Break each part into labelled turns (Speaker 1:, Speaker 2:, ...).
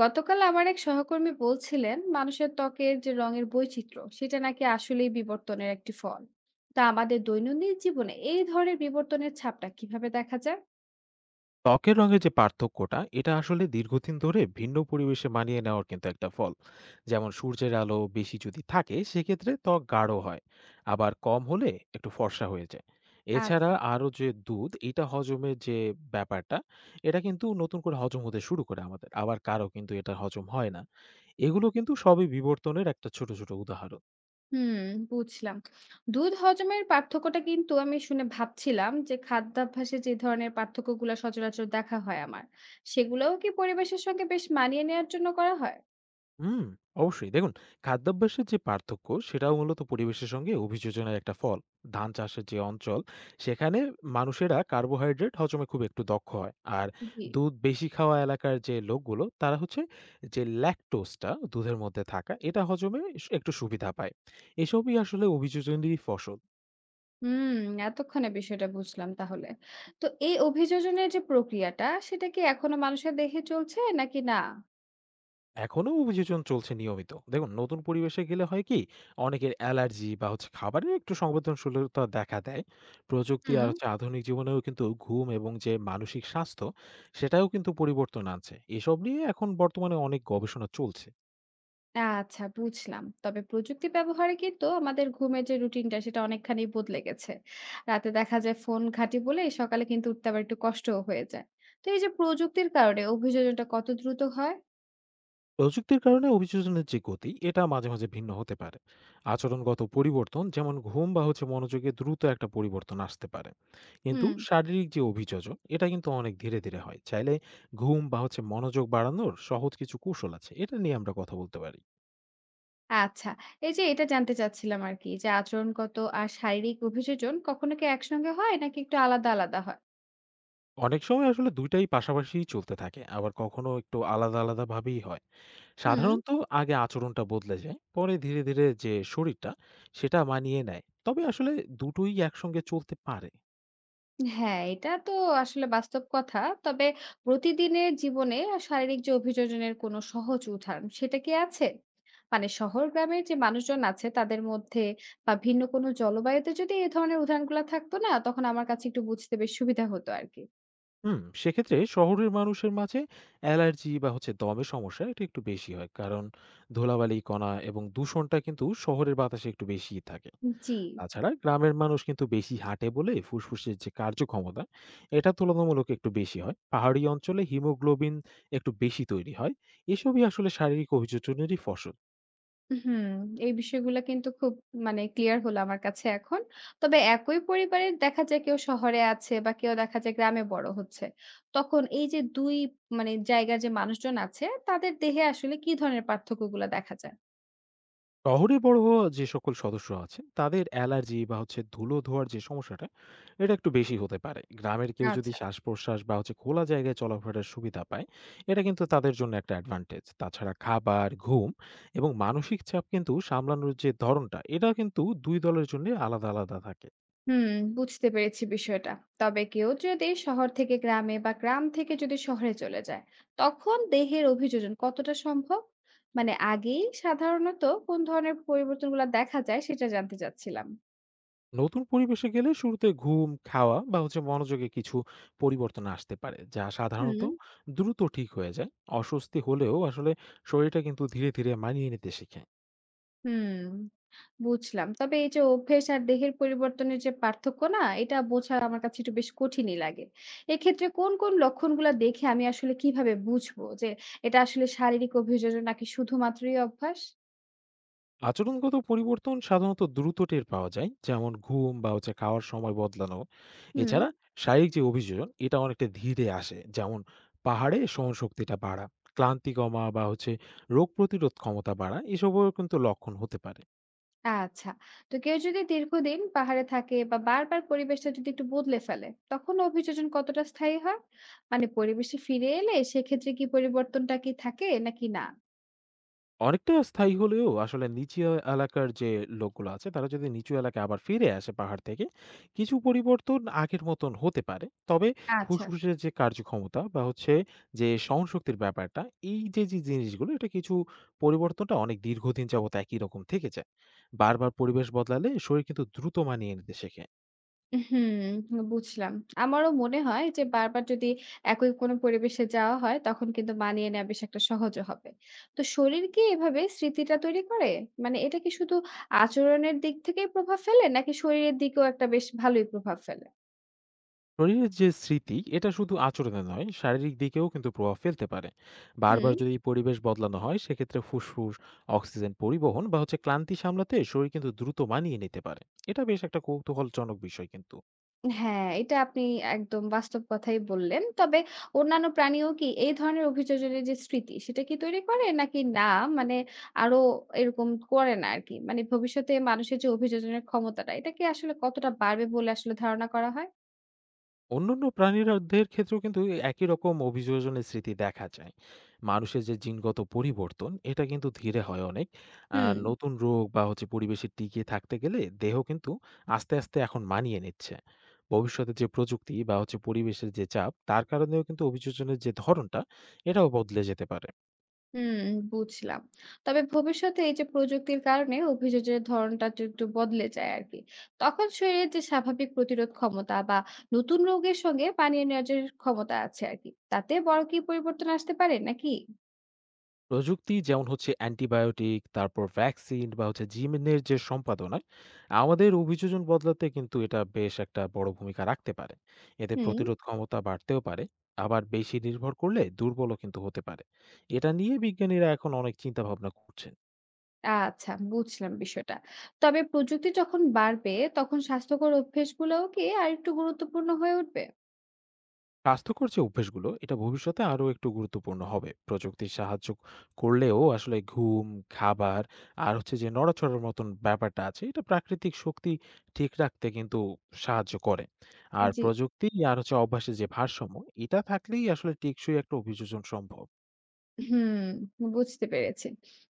Speaker 1: গতকাল আমার এক সহকর্মী বলছিলেন মানুষের ত্বকের যে রঙের বৈচিত্র্য সেটা নাকি আসলেই বিবর্তনের একটি ফল। তা আমাদের দৈনন্দিন জীবনে এই ধরনের বিবর্তনের ছাপটা কিভাবে দেখা যায়?
Speaker 2: ত্বকের রঙের যে পার্থক্যটা, এটা আসলে দীর্ঘদিন ধরে ভিন্ন পরিবেশে মানিয়ে নেওয়ার কিন্তু একটা ফল। যেমন সূর্যের আলো বেশি যদি থাকে, সেক্ষেত্রে ত্বক গাঢ় হয়, আবার কম হলে একটু ফর্সা হয়ে যায়। এছাড়া
Speaker 1: আচ্ছা।
Speaker 2: আরও যে দুধ, এটা হজমের যে ব্যাপারটা, এটা কিন্তু নতুন করে হজম হতে শুরু করে আমাদের, আবার কারো কিন্তু এটা হজম হয় না। এগুলো কিন্তু সবই বিবর্তনের একটা ছোট ছোট উদাহরণ।
Speaker 1: হুম। বুঝলাম। দুধ হজমের পার্থক্যটা কিন্তু আমি শুনে ভাবছিলাম যে খাদ্যাভ্যাসে যে ধরনের পার্থক্যগুলো সচরাচর দেখা হয় আমার, সেগুলোও কি পরিবেশের সঙ্গে বেশ মানিয়ে নেওয়ার জন্য করা হয়?
Speaker 2: হুম, অবশ্যই। দেখুন, খাদ্যাভ্যাসের যে পার্থক্য, সেটাও মূলত পরিবেশের সঙ্গে অভিযোজনের একটা ফল। ধান চাষের যে অঞ্চল, সেখানে মানুষেরা কার্বোহাইড্রেট হজমে খুব একটু দক্ষ হয়। আর
Speaker 1: জি।
Speaker 2: দুধ বেশি খাওয়া এলাকার যে লোকগুলো, তারা হচ্ছে যে ল্যাকটোজটা দুধের মধ্যে থাকা, এটা হজমে স একটু সুবিধা পায়। এসবই আসলে অভিযোজনেরই ফসল।
Speaker 1: হুম, এতক্ষণে বিষয়টা বুঝলাম তাহলে। তো এই অভিযোজনের যে প্রক্রিয়াটা, সেটা কি এখনো মানুষের দেহে চলছে নাকি না?
Speaker 2: এখনো অভিযোজন চলছে নিয়মিত। দেখুন, নতুন পরিবেশে গেলে হয় কি, অনেকের অ্যালার্জি বা খাবারের একটু সংবেদনশীলতা দেখা দেয়। প্রযুক্তি আর
Speaker 1: হুম।
Speaker 2: আধুনিক জীবনেও কিন্তু ঘুম এবং যে মানসিক স্বাস্থ্য, সেটাও কিন্তু পরিবর্তন আনছে। এসব নিয়ে এখন বর্তমানে অনেক গবেষণা চলছে।
Speaker 1: আচ্ছা, বুঝলাম। তবে প্রযুক্তি ব্যবহারে কিন্তু আমাদের ঘুমের যে রুটিনটা সেটা অনেকখানি বদলে গেছে। রাতে দেখা যায় ফোন ঘাঁটি বলে সকালে কিন্তু উঠতে আবার একটু কষ্টও হয়ে যায়। তো এই যে প্রযুক্তির কারণে অভিযোজনটা কত দ্রুত হয়?
Speaker 2: প্রযুক্তির কারণে অভিযোজনের যে গতি, এটা মাঝে মাঝে ভিন্ন হতে পারে। আচরণগত পরিবর্তন, যেমন ঘুম বা মনোযোগে দ্রুত একটা পরিবর্তন আসতে পারে, কিন্তু
Speaker 1: হুম।
Speaker 2: শারীরিক যে অভিযোজন, এটা কিন্তু অনেক ধীরে ধীরে হয়। চাইলে ঘুম বা মনোযোগ বাড়ানোর সহজ কিছু কৌশল আছে, এটা নিয়ে আমরা কথা বলতে পারি।
Speaker 1: আচ্ছা, এই যে এটা জানতে চাচ্ছিলাম আরকি যে আচরণগত আর শারীরিক অভিযোজন কখনো কি একসঙ্গে হয় নাকি একটু আলাদা হয়?
Speaker 2: অনেক সময় আসলে দুইটাই পাশাপাশি চলতে থাকে, আবার কখনো একটু আলাদা আলাদা ভাবেই হয়।
Speaker 1: হুম।
Speaker 2: সাধারণত আগে আচরণটা বদলে যায়, পরে ধীরে ধীরে যে শরীরটা, সেটা মানিয়ে নেয়। তবে আসলে দুটোই একসঙ্গে চলতে পারে।
Speaker 1: হ্যাঁ, এটা তো আসলে বাস্তব কথা। তবে প্রতিদিনের জীবনে শারীরিক যে অভিযোজনের কোনো সহজ উদাহরণ সেটা কি আছে? মানে শহর গ্রামের যে মানুষজন আছে তাদের মধ্যে বা ভিন্ন কোনো জলবায়ুতে যদি এ ধরনের উদাহরণগুলা থাকতো না তখন আমার কাছে একটু বুঝতে বেশ সুবিধা হতো আরকি।
Speaker 2: হুম, সেক্ষেত্রে শহরের মানুষের মাঝে অ্যালার্জি বা দমের সমস্যা এটা একটু বেশি হয়, কারণ ধুলাবালি কণা এবং দূষণটা কিন্তু শহরের বাতাসে একটু বেশিই থাকে।
Speaker 1: জি।
Speaker 2: তাছাড়া গ্রামের মানুষ কিন্তু বেশি হাঁটে বলে ফুসফুসের যে কার্যক্ষমতা, এটা তুলনামূলক একটু বেশি হয়। পাহাড়ি অঞ্চলে হিমোগ্লোবিন একটু বেশি তৈরি হয়। এসবই আসলে শারীরিক অভিযোজনেরই ফসল।
Speaker 1: হুম, এই বিষয়গুলো কিন্তু খুব মানে ক্লিয়ার হলো আমার কাছে এখন। তবে একই পরিবারের দেখা যায় কেউ শহরে আছে বা কেউ দেখা যায় গ্রামে বড় হচ্ছে। তখন এই যে ২ মানে জায়গার যে মানুষজন আছে তাদের দেহে আসলে কি ধরনের পার্থক্যগুলো দেখা যায়?
Speaker 2: শহরে বড় হওয়া যে সকল সদস্য আছেন, তাদের অ্যালার্জি বা ধুলো ধোয়ার যে সমস্যাটা, এটা একটু বেশি হতে পারে। গ্রামের কেউ যদি
Speaker 1: আচ্ছা।
Speaker 2: শ্বাস প্রশ্বাস বা খোলা জায়গায় চলাফেরার সুবিধা পায়, এটা কিন্তু তাদের জন্য একটা অ্যাডভান্টেজ। তাছাড়া খাবার, ঘুম এবং মানসিক চাপ কিন্তু সামলানোর যে ধরনটা, এটা কিন্তু দুই দলের জন্য আলাদা আলাদা থাকে।
Speaker 1: হুম, বুঝতে পেরেছি বিষয়টা। তবে কেউ যদি শহর থেকে গ্রামে বা গ্রাম থেকে যদি শহরে চলে যায়, তখন দেহের অভিযোজন কতটা সম্ভব? মানে আগেই সাধারণত কোন ধরনের পরিবর্তনগুলো দেখা যায় সেটা জানতে চাচ্ছিলাম।
Speaker 2: নতুন পরিবেশে গেলে শুরুতে ঘুম, খাওয়া বা মনোযোগে কিছু পরিবর্তন আসতে পারে, যা
Speaker 1: হুম।
Speaker 2: সাধারণত দ্রুত ঠিক হয়ে যায়। অস্বস্তি হলেও আসলে শরীরটা কিন্তু ধীরে ধীরে মানিয়ে নিতে শেখে।
Speaker 1: হুম, বুঝলাম। তবে এই যে অভ্যেস আর দেহের পরিবর্তনের যে পার্থক্য না, এটা বোঝা আমার কাছে একটু বেশ কঠিনই লাগে। এক্ষেত্রে কোন লক্ষণগুলা দেখে আমি আসলে কিভাবে বুঝবো যে এটা আসলে শারীরিক অভিযোজন নাকি শুধুমাত্রই অভ্যাস?
Speaker 2: আচরণগত পরিবর্তন সাধারণত দ্রুত টের পাওয়া যায়, যেমন ঘুম বা খাওয়ার সময় বদলানো।
Speaker 1: হুম,
Speaker 2: এছাড়া শারীরিক যে অভিযোজন, এটা অনেকটা ধীরে আসে, যেমন পাহাড়ে সহনশক্তিটা বাড়া, ক্লান্তি কমা বা রোগ প্রতিরোধ ক্ষমতা বাড়া, এসবও কিন্তু লক্ষণ হতে পারে।
Speaker 1: আচ্ছা। তো কেউ যদি দীর্ঘদিন পাহাড়ে থাকে বা বারবার পরিবেশটা যদি একটু বদলে ফেলে, তখন অভিযোজন কতটা স্থায়ী হয়? মানে পরিবেশে ফিরে এলে সেক্ষেত্রে কি পরিবর্তনটা কি থাকে নাকি না?
Speaker 2: অনেকটা স্থায়ী হলেও আসলে নিচু এলাকার যে লোকগুলো আছে, তারা যদি নিচু এলাকায় আবার ফিরে আসে পাহাড় থেকে, কিছু পরিবর্তন আগের মতন হতে পারে। তবে
Speaker 1: আচ্ছা।
Speaker 2: ফুসফুসের যে কার্যক্ষমতা বা যে সহনশক্তির ব্যাপারটা, এই যে যে জিনিসগুলো, এটা কিছু পরিবর্তনটা অনেক দীর্ঘদিন যাবত একই রকম থেকে যায়। বারবার পরিবেশ বদলালে শরীর কিন্তু দ্রুত মানিয়ে নিতে শেখে।
Speaker 1: হুম, বুঝলাম। আমারও মনে হয় যে বারবার যদি একই কোনো পরিবেশে যাওয়া হয় তখন কিন্তু মানিয়ে নেওয়া বেশ একটা সহজও হবে। তো শরীর কি এভাবে স্মৃতিটা তৈরি করে? মানে এটা কি শুধু আচরণের দিক থেকেই প্রভাব ফেলে নাকি শরীরের দিকেও একটা বেশ ভালোই প্রভাব ফেলে?
Speaker 2: শরীরের যে স্মৃতি, এটা শুধু আচরণে নয়, শারীরিক দিকেও কিন্তু প্রভাব ফেলতে পারে। বারবার
Speaker 1: হুম।
Speaker 2: যদি পরিবেশ বদলানো হয়, সেক্ষেত্রে ফুসফুস, অক্সিজেন পরিবহন বা ক্লান্তি সামলাতে শরীর কিন্তু দ্রুত মানিয়ে নিতে পারে। এটা বেশ একটা কৌতূহলজনক বিষয় কিন্তু।
Speaker 1: হ্যাঁ, এটা আপনি একদম বাস্তব কথাই বললেন। তবে অন্যান্য প্রাণীও কি এই ধরনের অভিযোজনের যে স্মৃতি, সেটা কি তৈরি করে? নাকি না মানে আরো এরকম করে না আরকি? মানে ভবিষ্যতে মানুষের যে অভিযোজনের ক্ষমতাটা, এটা কি আসলে কতটা বাড়বে বলে আসলে ধারণা করা হয়?
Speaker 2: অন্যান্য প্রাণীদের ক্ষেত্রেও কিন্তু একই রকম অভিযোজনের স্মৃতি দেখা যায়। মানুষের যে জিনগত পরিবর্তন, এটা কিন্তু ধীরে হয় অনেক।
Speaker 1: হুম।
Speaker 2: আর নতুন রোগ বা পরিবেশে টিকে থাকতে গেলে দেহ কিন্তু আস্তে আস্তে এখন মানিয়ে নিচ্ছে। ভবিষ্যতে যে প্রযুক্তি বা পরিবেশের যে চাপ, তার কারণেও কিন্তু অভিযোজনের যে ধরনটা, এটাও বদলে যেতে পারে।
Speaker 1: হুম, বুঝলাম। তবে ভবিষ্যতে এই যে প্রযুক্তির কারণে অভিযোগের ধরনটা যে একটু বদলে যায় আরকি। তখন শরীরের যে স্বাভাবিক প্রতিরোধ ক্ষমতা বা নতুন রোগের সঙ্গে মানিয়ে নেওয়ার যে ক্ষমতা আছে আরকি, তাতে বড় কি পরিবর্তন আসতে পারে নাকি?
Speaker 2: প্রযুক্তি, যেমন অ্যান্টিবায়োটিক, তারপর ভ্যাকসিন বা জিমের যে সম্পাদনায় আমাদের অভিযোজন বদলাতে কিন্তু এটা বেশ একটা বড় ভূমিকা রাখতে পারে। এতে
Speaker 1: হুম,
Speaker 2: প্রতিরোধ ক্ষমতা বাড়তেও পারে, আবার বেশি নির্ভর করলে দুর্বলও কিন্তু হতে পারে। এটা নিয়ে বিজ্ঞানীরা এখন অনেক চিন্তাভাবনা করছে।
Speaker 1: আচ্ছা, বুঝলাম বিষয়টা। তবে প্রযুক্তি যখন বাড়বে তখন স্বাস্থ্যকর অভ্যেসগুলোও কি আরেকটু গুরুত্বপূর্ণ হয়ে উঠবে?
Speaker 2: স্বাস্থ্যকর যে অভ্যাসগুলো, এটা ভবিষ্যতে আরও একটু গুরুত্বপূর্ণ হবে। প্রযুক্তির সাহায্য করলেও আসলে ঘুম, খাবার আর যে নড়াচড়ার মতন ব্যাপারটা আছে, এটা প্রাকৃতিক শক্তি ঠিক রাখতে কিন্তু সাহায্য করে। আর
Speaker 1: জি।
Speaker 2: প্রযুক্তি আর অভ্যাসের যে ভারসাম্য, এটা থাকলেই আসলে টেকসই একটা অভিযোজন সম্ভব।
Speaker 1: হুম, বুঝতে পেরেছি।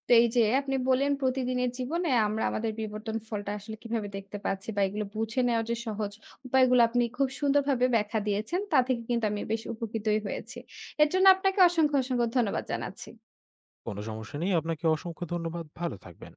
Speaker 1: তো এই যে আপনি বললেন প্রতিদিনের জীবনে আমরা আমাদের বিবর্তন ফলটা আসলে কিভাবে দেখতে পাচ্ছি বা এগুলো বুঝে নেওয়ার যে সহজ উপায়গুলো আপনি খুব সুন্দরভাবে ব্যাখ্যা দিয়েছেন তা থেকে কিন্তু আমি বেশ উপকৃতই হয়েছি। এর জন্য আপনাকে অসংখ্য ধন্যবাদ জানাচ্ছি।
Speaker 2: কোনো সমস্যা নেই, আপনাকে অসংখ্য ধন্যবাদ, ভালো থাকবেন।